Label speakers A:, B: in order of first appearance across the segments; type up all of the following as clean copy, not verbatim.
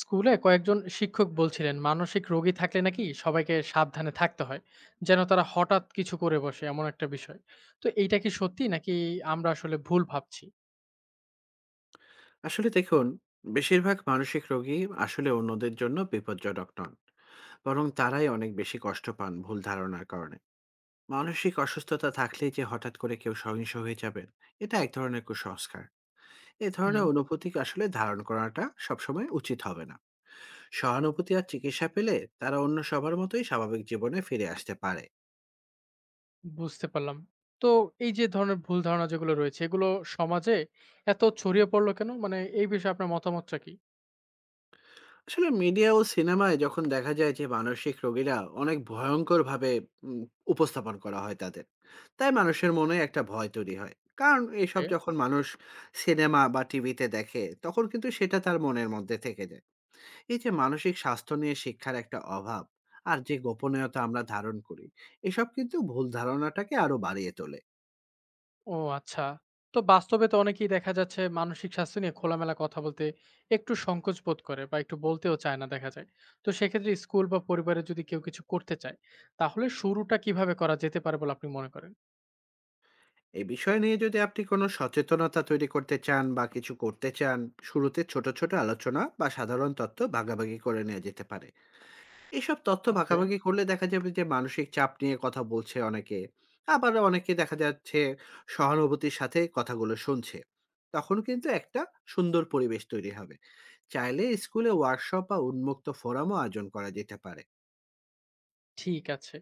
A: স্কুলে কয়েকজন শিক্ষক বলছিলেন মানসিক রোগী থাকলে নাকি সবাইকে সাবধানে থাকতে হয় যেন তারা হঠাৎ কিছু করে বসে এমন একটা বিষয়। তো এইটা কি সত্যি নাকি আমরা আসলে ভুল ভাবছি?
B: আসলে দেখুন, বেশিরভাগ মানসিক রোগী আসলে অন্যদের জন্য বিপজ্জনক নন, বরং তারাই অনেক বেশি কষ্ট পান ভুল ধারণার কারণে। মানসিক অসুস্থতা থাকলেই যে হঠাৎ করে কেউ সহিংস হয়ে যাবেন, এটা এক ধরনের কুসংস্কার। এ
A: হুম।
B: ধরনের অনুভূতি আসলে ধারণ করাটা সবসময় উচিত হবে না। সহানুভূতি আর চিকিৎসা পেলে তারা অন্য সবার মতোই স্বাভাবিক জীবনে ফিরে আসতে পারে।
A: বুঝতে পারলাম। তো এই যে ধরনের ভুল ধারণা যেগুলো রয়েছে এগুলো সমাজে এত ছড়িয়ে পড়লো কেন, মানে এই বিষয়ে আপনার মতামতটা কি?
B: আসলে মিডিয়া ও সিনেমায় যখন দেখা যায় যে মানসিক রোগীরা অনেক ভয়ঙ্করভাবে উম, উপস্থাপন করা হয় তাদের, তাই মানুষের মনে একটা ভয় তৈরি হয়। কারণ এইসব যখন মানুষ সিনেমা বা টিভিতে দেখে, তখন কিন্তু সেটা তার মনের মধ্যে থেকে যায়। এই যে মানসিক স্বাস্থ্য নিয়ে শিক্ষার একটা অভাব আর যে গোপনীয়তা আমরা ধারণ করি, এসব কিন্তু ভুল ধারণাটাকে আরো বাড়িয়ে তোলে।
A: ও, আচ্ছা। তো বাস্তবে তো অনেকেই দেখা যাচ্ছে মানসিক স্বাস্থ্য নিয়ে খোলামেলা কথা বলতে একটু সংকোচ বোধ করে বা একটু বলতেও চায় না দেখা যায়। তো সেক্ষেত্রে স্কুল বা পরিবারে যদি কেউ কিছু করতে চায়, তাহলে শুরুটা কিভাবে করা যেতে পারে বলে আপনি মনে করেন?
B: এই বিষয় নিয়ে যদি আপনি কোনো সচেতনতা তৈরি করতে চান বা কিছু করতে চান, শুরুতে ছোট ছোট আলোচনা বা সাধারণ তথ্য ভাগাভাগি করে নেওয়া যেতে পারে। এসব তথ্য
A: ওকে।
B: ভাগাভাগি করলে দেখা যাবে যে মানসিক চাপ নিয়ে কথা বলছে অনেকে। আবার অনেকে দেখা যাচ্ছে সহানুভূতির সাথে কথাগুলো শুনছে। তখন কিন্তু একটা সুন্দর পরিবেশ তৈরি হবে। চাইলে স্কুলে ওয়ার্কশপ বা উন্মুক্ত ফোরামও আয়োজন করা যেতে পারে।
A: ঠিক আছে।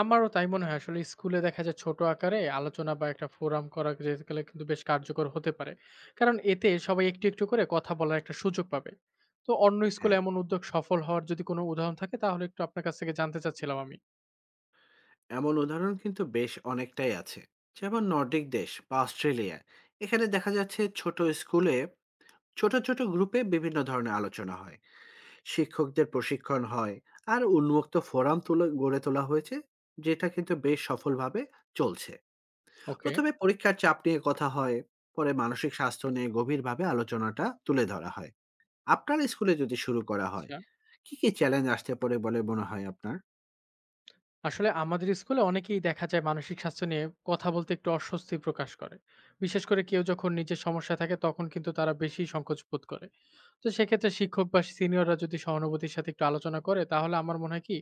A: আমারও তাই মনে হয়, আসলে স্কুলে দেখা যায় ছোট আকারে আলোচনা বা একটা ফোরাম করা যেতে গেলে কিন্তু বেশ কার্যকর হতে পারে। কারণ এতে সবাই একটু, একটু করে কথা বলার একটা সুযোগ পাবে। তো অন্য স্কুলে
B: হ্যাঁ।
A: এমন উদ্যোগ সফল হওয়ার যদি কোনো উদাহরণ থাকে তাহলে একটু আপনার কাছ থেকে জানতে চাচ্ছিলাম আমি।
B: এমন উদাহরণ কিন্তু বেশ অনেকটাই আছে, যেমন নর্ডিক দেশ বা অস্ট্রেলিয়া। এখানে দেখা যাচ্ছে ছোট স্কুলে ছোট ছোট গ্রুপে বিভিন্ন ধরনের আলোচনা হয়, শিক্ষকদের প্রশিক্ষণ হয় আর উন্মুক্ত ফোরাম তুলে গড়ে তোলা হয়েছে, যেটা কিন্তু বেশ সফলভাবে চলছে।
A: ওকে।
B: প্রথমে পরীক্ষার চাপ নিয়ে কথা হয়, পরে মানসিক স্বাস্থ্য নিয়ে গভীরভাবে আলোচনাটা তুলে ধরা হয়। আপনার স্কুলে যদি শুরু করা হয়,
A: আচ্ছা।
B: কি কি চ্যালেঞ্জ আসতে পারে বলে মনে হয় আপনার?
A: আসলে আমাদের স্কুলে অনেকেই দেখা যায় মানসিক স্বাস্থ্য নিয়ে কথা বলতে একটু অস্বস্তি প্রকাশ করে। বিশেষ করে কেউ যখন নিজের সমস্যা থাকে তখন কিন্তু তারা বেশি সংকোচ বোধ করে। তো সেক্ষেত্রে শিক্ষক বা সিনিয়ররা যদি সহানুভূতির সাথে একটু আলোচনা করে, তাহলে আমার মনে হয় কি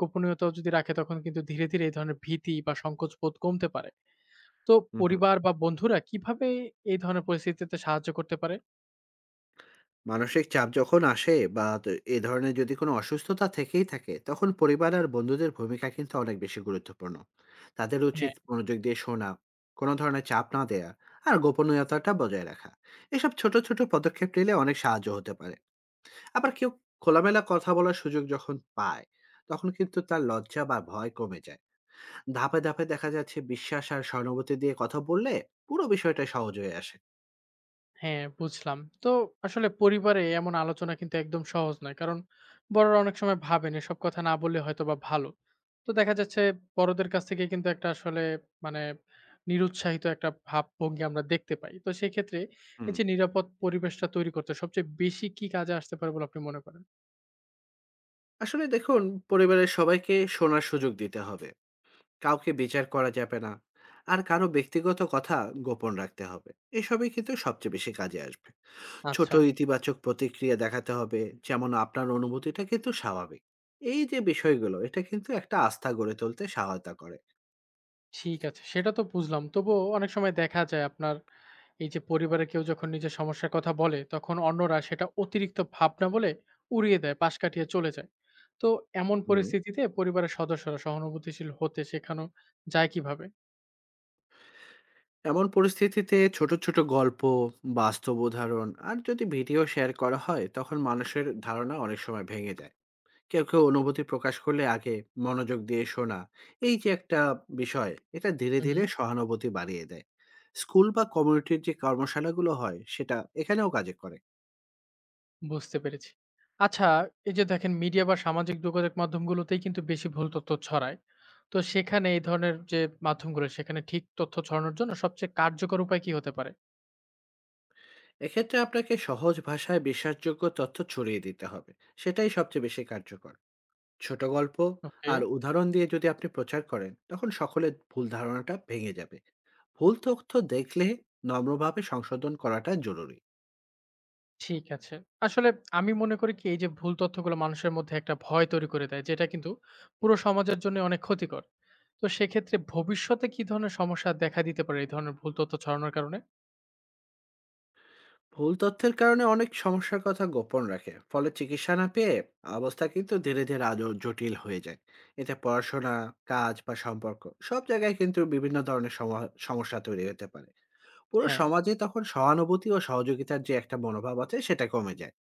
A: গোপনীয়তাও যদি রাখে, তখন কিন্তু ধীরে ধীরে এই ধরনের ভীতি বা সংকোচ বোধ কমতে পারে। তো পরিবার বা বন্ধুরা কিভাবে এই ধরনের পরিস্থিতিতে সাহায্য করতে পারে?
B: মানসিক চাপ যখন আসে বা দ এ ধরনের যদি কোনো অসুস্থতা থেকেই থাকে, তখন পরিবার আর বন্ধুদের ভূমিকা কিন্তু অনেক বেশি গুরুত্বপূর্ণ। তাদের উচিত
A: হ্যাঁ।
B: মনোযোগ দিয়ে শোনা, কোনো ধরনের চাপ না দেয়া আর গোপনীয়তাটা বজায় রাখা। এসব ছোট ছোট পদক্ষেপ নিলে অনেক সাহায্য হতে পারে। আবার কেউ খোলামেলা কথা বলার সুযোগ যখন পায়, তখন কিন্তু তার লজ্জা বা ভয় কমে যায়। ধাপে ধাপে দেখা যাচ্ছে বিশ্বাস আর সহানুভূতি দিয়ে কথা বললে পুরো বিষয়টা সহজ হয়ে আসে।
A: হ্যাঁ, বুঝলাম। আসলে পরিবারে এমন আলোচনা কিন্তু একদম সহজ নয়। কারণ বড়রা অনেক সময় ভাবেন এসব কথা না বললে হয়তোবা ভালো। তো দেখা যাচ্ছে বড়দের কাছ থেকে কিন্তু একটা আসলে, মানে নিরুৎসাহিত একটা ভাবভঙ্গি আমরা দেখতে পাই। তো সেক্ষেত্রে এই
B: হুম,
A: যে নিরাপদ পরিবেশটা তৈরি করতে সবচেয়ে বেশি কি কাজে আসতে পারে বলে আপনি মনে করেন?
B: আসলে দেখুন, পরিবারের সবাইকে শোনার সুযোগ দিতে হবে। কাউকে বিচার করা যাবে না। আর কারো ব্যক্তিগত কথা গোপন রাখতে হবে। এসবই কিন্তু সবচেয়ে বেশি কাজে আসবে। ছোট
A: আচ্ছা।
B: ইতিবাচক প্রতিক্রিয়া দেখাতে হবে, যেমন আপনার অনুভূতিটা কিন্তু স্বাভাবিক। এই যে বিষয়গুলো, এটা কিন্তু একটা আস্থা গড়ে তুলতে সহায়তা করে।
A: ঠিক আছে, সেটা তো বুঝলাম। তবুও অনেক সময় দেখা যায়, আপনার এই যে পরিবারের কেউ যখন নিজের সমস্যার কথা বলে, তখন অন্যরা সেটা অতিরিক্ত ভাবনা বলে উড়িয়ে দেয়, পাশ কাটিয়ে চলে যায়। তো এমন
B: হুম।
A: পরিস্থিতিতে পরিবারের সদস্যরা সহানুভূতিশীল হতে শেখানো যায় কিভাবে?
B: এমন পরিস্থিতিতে ছোট ছোট গল্প, বাস্তব উদাহরণ আর যদি ভিডিও শেয়ার করা হয়, তখন মানুষের ধারণা অনেক সময় ভেঙে দেয়। কেউ অনুভূতি প্রকাশ করলে আগে মনোযোগ দিয়ে শোনা, এই যে একটা বিষয়, এটা ধীরে
A: হুম।
B: ধীরে সহানুভূতি বাড়িয়ে দেয়। স্কুল বা কমিউনিটির যে কর্মশালাগুলো হয়, সেটা এখানেও কাজে করে।
A: বুঝতে পেরেছি। আচ্ছা, এই যে দেখেন মিডিয়া বা সামাজিক যোগাযোগ মাধ্যমগুলোতেই কিন্তু বেশি ভুল তথ্য ছড়ায়। তো সেখানে এই ধরনের যে মাধ্যমগুলো, সেখানে ঠিক তথ্য ছড়ানোর জন্য সবচেয়ে কার্যকর উপায় কি হতে পারে?
B: এক্ষেত্রে আপনাকে সহজ ভাষায় বিশ্বাসযোগ্য তথ্য ছড়িয়ে দিতে হবে। সেটাই সবচেয়ে বেশি কার্যকর। ছোট গল্প
A: ওকে।
B: আর উদাহরণ দিয়ে যদি আপনি প্রচার করেন, তখন সকলের ভুল ধারণাটা ভেঙে যাবে। ভুল তথ্য দেখলে নম্রভাবে সংশোধন করাটা জরুরি।
A: ঠিক আছে। আসলে আমি মনে করি কি এই যে ভুল তথ্যগুলো মানুষের মধ্যে একটা ভয় তৈরি করে দেয় যেটা কিন্তু পুরো সমাজের জন্য অনেক ক্ষতিকর। তো সেক্ষেত্রে ভবিষ্যতে কি ধরনের সমস্যা দেখা দিতে পারে এই ধরনের ভুল তথ্য ছড়ানোর কারণে?
B: ভুল তথ্যের কারণে অনেক সমস্যার কথা গোপন রাখে, ফলে চিকিৎসা না পেয়ে অবস্থা কিন্তু ধীরে ধীরে আরো জটিল হয়ে যায়। এতে পড়াশোনা, কাজ বা সম্পর্ক, সব জায়গায় কিন্তু বিভিন্ন ধরনের সমস্যা তৈরি হতে পারে। পুরো
A: হ্যাঁ,
B: সমাজে তখন সহানুভূতি ও সহযোগিতার যে একটা মনোভাব আছে, সেটা কমে যায়।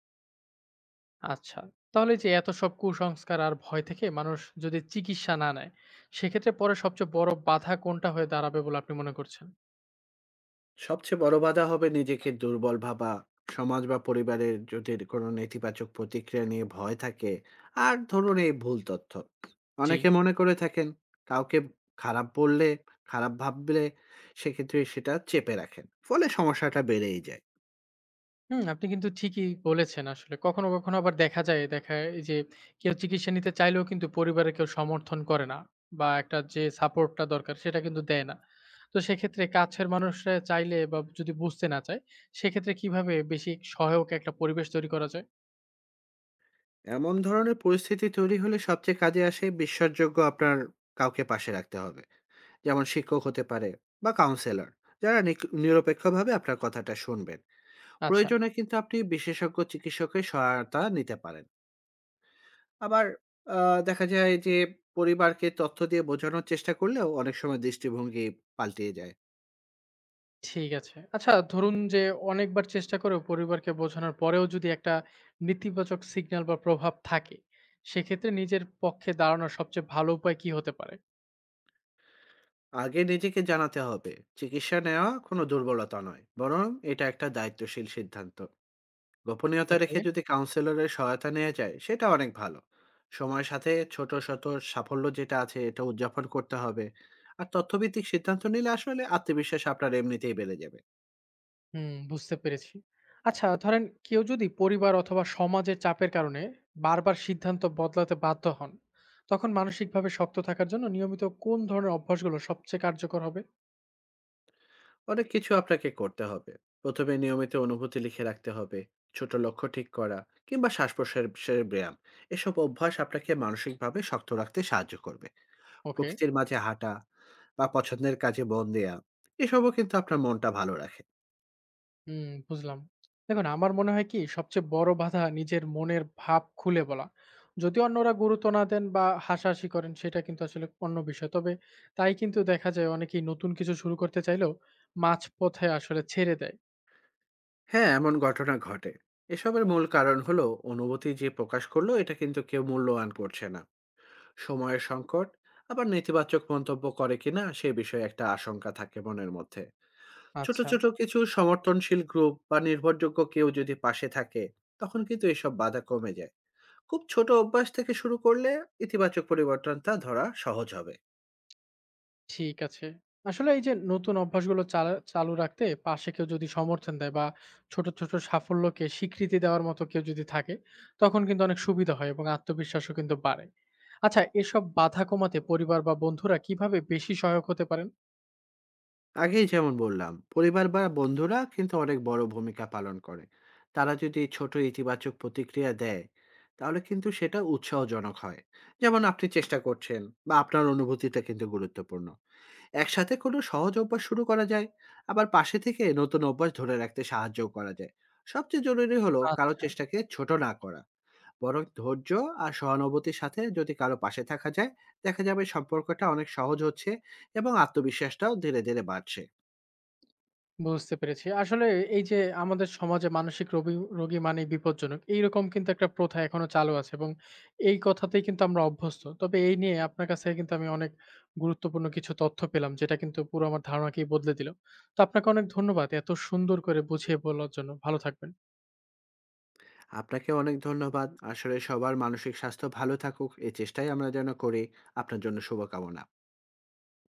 A: আচ্ছা। তাহলে এই যে এত সব কুসংস্কার আর ভয় থেকে মানুষ যদি চিকিৎসা না নেয়, সেক্ষেত্রে পরে সবচেয়ে বড় বাধা কোনটা হয়ে দাঁড়াবে বলে আপনি মনে করছেন?
B: সবচেয়ে বড় বাধা হবে নিজেকে দুর্বল ভাবা, সমাজ বা পরিবারের যদি কোনো নেতিবাচক প্রতিক্রিয়া নিয়ে ভয় থাকে, আর ধরুন এই ভুল তথ্য।
A: জি।
B: অনেকে মনে করে থাকেন কাউকে খারাপ বললে, খারাপ ভাবলে সেক্ষেত্রে সেটা চেপে রাখেন। ফলে সমস্যাটা বেড়েই যায়।
A: হুম, আপনি কিন্তু ঠিকই বলেছেন আসলে। কখনো, কখনো আবার দেখা যায় দেখা এই যে কেউ চিকিৎসা নিতে চাইলেও কিন্তু পরিবারের কেউ সমর্থন করে না বা একটা যে সাপোর্টটা দরকার সেটা কিন্তু দেয় না। তো সেক্ষেত্রে কাছের মানুষরা চাইলে বা যদি বুঝতে না চায়, সেক্ষেত্রে কিভাবে বেশি সহায়ক একটা পরিবেশ তৈরি করা যায়?
B: এমন ধরনের পরিস্থিতি তৈরি হলে সবচেয়ে কাজে আসে বিশ্বাসযোগ্য আপনার কাউকে পাশে রাখতে হবে। যেমন শিক্ষক হতে পারে বা কাউন্সেলর, যারা নিরপেক্ষভাবে আপনার কথাটা শুনবেন।
A: আচ্ছা,
B: প্রয়োজনে কিন্তু আপনি বিশেষজ্ঞ চিকিৎসকের সহায়তা নিতে পারেন। আবার দেখা যায় যে পরিবারকে তথ্য দিয়ে বোঝানোর চেষ্টা করলেও অনেক সময় দৃষ্টিভঙ্গি পাল্টিয়ে যায়।
A: ঠিক আছে। আচ্ছা ধরুন যে অনেকবার চেষ্টা করেও পরিবারকে বোঝানোর পরেও যদি একটা নেতিবাচক সিগন্যাল বা প্রভাব থাকে, সেক্ষেত্রে নিজের পক্ষে দাঁড়ানোর সবচেয়ে ভালো উপায় কি হতে পারে?
B: আগে নিজেকে জানাতে হবে, চিকিৎসা নেওয়া কোনো দুর্বলতা নয়, বরং এটা একটা দায়িত্বশীল সিদ্ধান্ত। গোপনীয়তা রেখে
A: ওকে।
B: যদি কাউন্সিলরের সহায়তা নেওয়া যায়, সেটা অনেক ভালো। সময়ের সাথে ছোট ছোট সাফল্য যেটা আছে, এটা উদযাপন করতে হবে। আর তথ্যভিত্তিক সিদ্ধান্ত নিলে আসলে আত্মবিশ্বাস আপনার এমনিতেই বেড়ে যাবে।
A: হুম, বুঝতে পেরেছি। আচ্ছা ধরেন কেউ যদি পরিবার অথবা সমাজের চাপের কারণে বারবার সিদ্ধান্ত বদলাতে বাধ্য হন, তখন মানসিকভাবে শক্ত থাকার জন্য নিয়মিত কোন ধরনের অভ্যাসগুলো সবচেয়ে কার্যকর হবে?
B: অনেক কিছু আপনাকে করতে হবে। ১ম এ নিয়মিত অনুভূতি লিখে রাখতে হবে, ছোট লক্ষ্য ঠিক করা কিংবা শ্বাসপ্রশ্বাসের ব্যায়াম। এসব অভ্যাস আপনাকে মানসিকভাবে শক্ত রাখতে সাহায্য করবে।
A: ওকে,
B: প্রকৃতির মাঝে হাঁটা বা পছন্দের কাজে মন দেয়া, এসবও কিন্তু আপনার মনটা ভালো রাখে।
A: হুম, বুঝলাম। দেখুন আমার মনে হয় কি সবচেয়ে বড় বাধা নিজের মনের ভাব খুলে বলা। যদি অন্যরা গুরুত্ব না দেন বা হাসাহাসি করেন সেটা কিন্তু আসলে অন্য বিষয়। তবে তাই কিন্তু দেখা যায় অনেকেই নতুন কিছু শুরু করতে চাইলেও মাঝপথে আসলে ছেড়ে দেয়।
B: হ্যাঁ, এমন ঘটনা ঘটে। এসবের মূল কারণ হলো অনুভূতি যে প্রকাশ করলো, এটা কিন্তু কেউ মূল্যায়ন করছে না। সময়ের সংকট, আবার নেতিবাচক মন্তব্য করে কিনা সে বিষয়ে একটা আশঙ্কা থাকে মনের মধ্যে। ছোট
A: আচ্ছা।
B: ছোট কিছু সমর্থনশীল গ্রুপ বা নির্ভরযোগ্য কেউ যদি পাশে থাকে, তখন কিন্তু এসব বাধা কমে যায়। খুব ছোট অভ্যাস থেকে শুরু করলে ইতিবাচক পরিবর্তনটা ধরা সহজ হবে।
A: ঠিক আছে। আসলে এই যে নতুন অভ্যাসগুলো চালু রাখতে পাশে কেউ যদি সমর্থন দেয় বা ছোট, ছোট সাফল্যকে স্বীকৃতি দেওয়ার মতো কেউ যদি থাকে, তখন কিন্তু অনেক সুবিধা হয় এবং আত্মবিশ্বাসও কিন্তু বাড়ে। আচ্ছা, এসব বাধা কমাতে পরিবার বা বন্ধুরা কিভাবে বেশি সহায়ক হতে পারেন?
B: আগেই যেমন বললাম, পরিবার বা বন্ধুরা কিন্তু অনেক বড় ভূমিকা পালন করে। তারা যদি ছোট ইতিবাচক প্রতিক্রিয়া দেয়, তাহলে কিন্তু সেটা উৎসাহজনক হয়। যেমন আপনি চেষ্টা করছেন বা আপনার অনুভূতিটা কিন্তু গুরুত্বপূর্ণ। একসাথে কোনো সহজ অভ্যাস শুরু করা যায়, আবার পাশে থেকে নতুন অভ্যাস ধরে রাখতে সাহায্য করা যায়। সবচেয়ে জরুরি হলো কারো
A: আচ্ছা।
B: চেষ্টাকে ছোট না করা, বরং ধৈর্য আর সহানুভূতির সাথে যদি কারো পাশে থাকা যায়, দেখা যাবে সম্পর্কটা অনেক সহজ হচ্ছে এবং আত্মবিশ্বাসটাও ধীরে ধীরে বাড়ছে।
A: বুঝতে পেরেছি। আসলে এই যে আমাদের সমাজে মানসিক রোগী মানেই বিপজ্জনক। এইরকম কিন্তু একটা প্রথা এখনো চালু আছে এবং এই কথাতেই কিন্তু আমরা অভ্যস্ত। তবে এই নিয়ে আপনার কাছ থেকে কিন্তু আমি অনেক গুরুত্বপূর্ণ কিছু তথ্য পেলাম যেটা কিন্তু পুরো আমার ধারণাকেই বদলে দিল। তো আপনাকে অনেক ধন্যবাদ এত সুন্দর করে বুঝিয়ে বলার জন্য। ভালো থাকবেন।
B: আপনাকে অনেক ধন্যবাদ। আসলে সবার মানসিক স্বাস্থ্য ভালো থাকুক, এই চেষ্টাই আমরা যেন করি। আপনার জন্য শুভকামনা।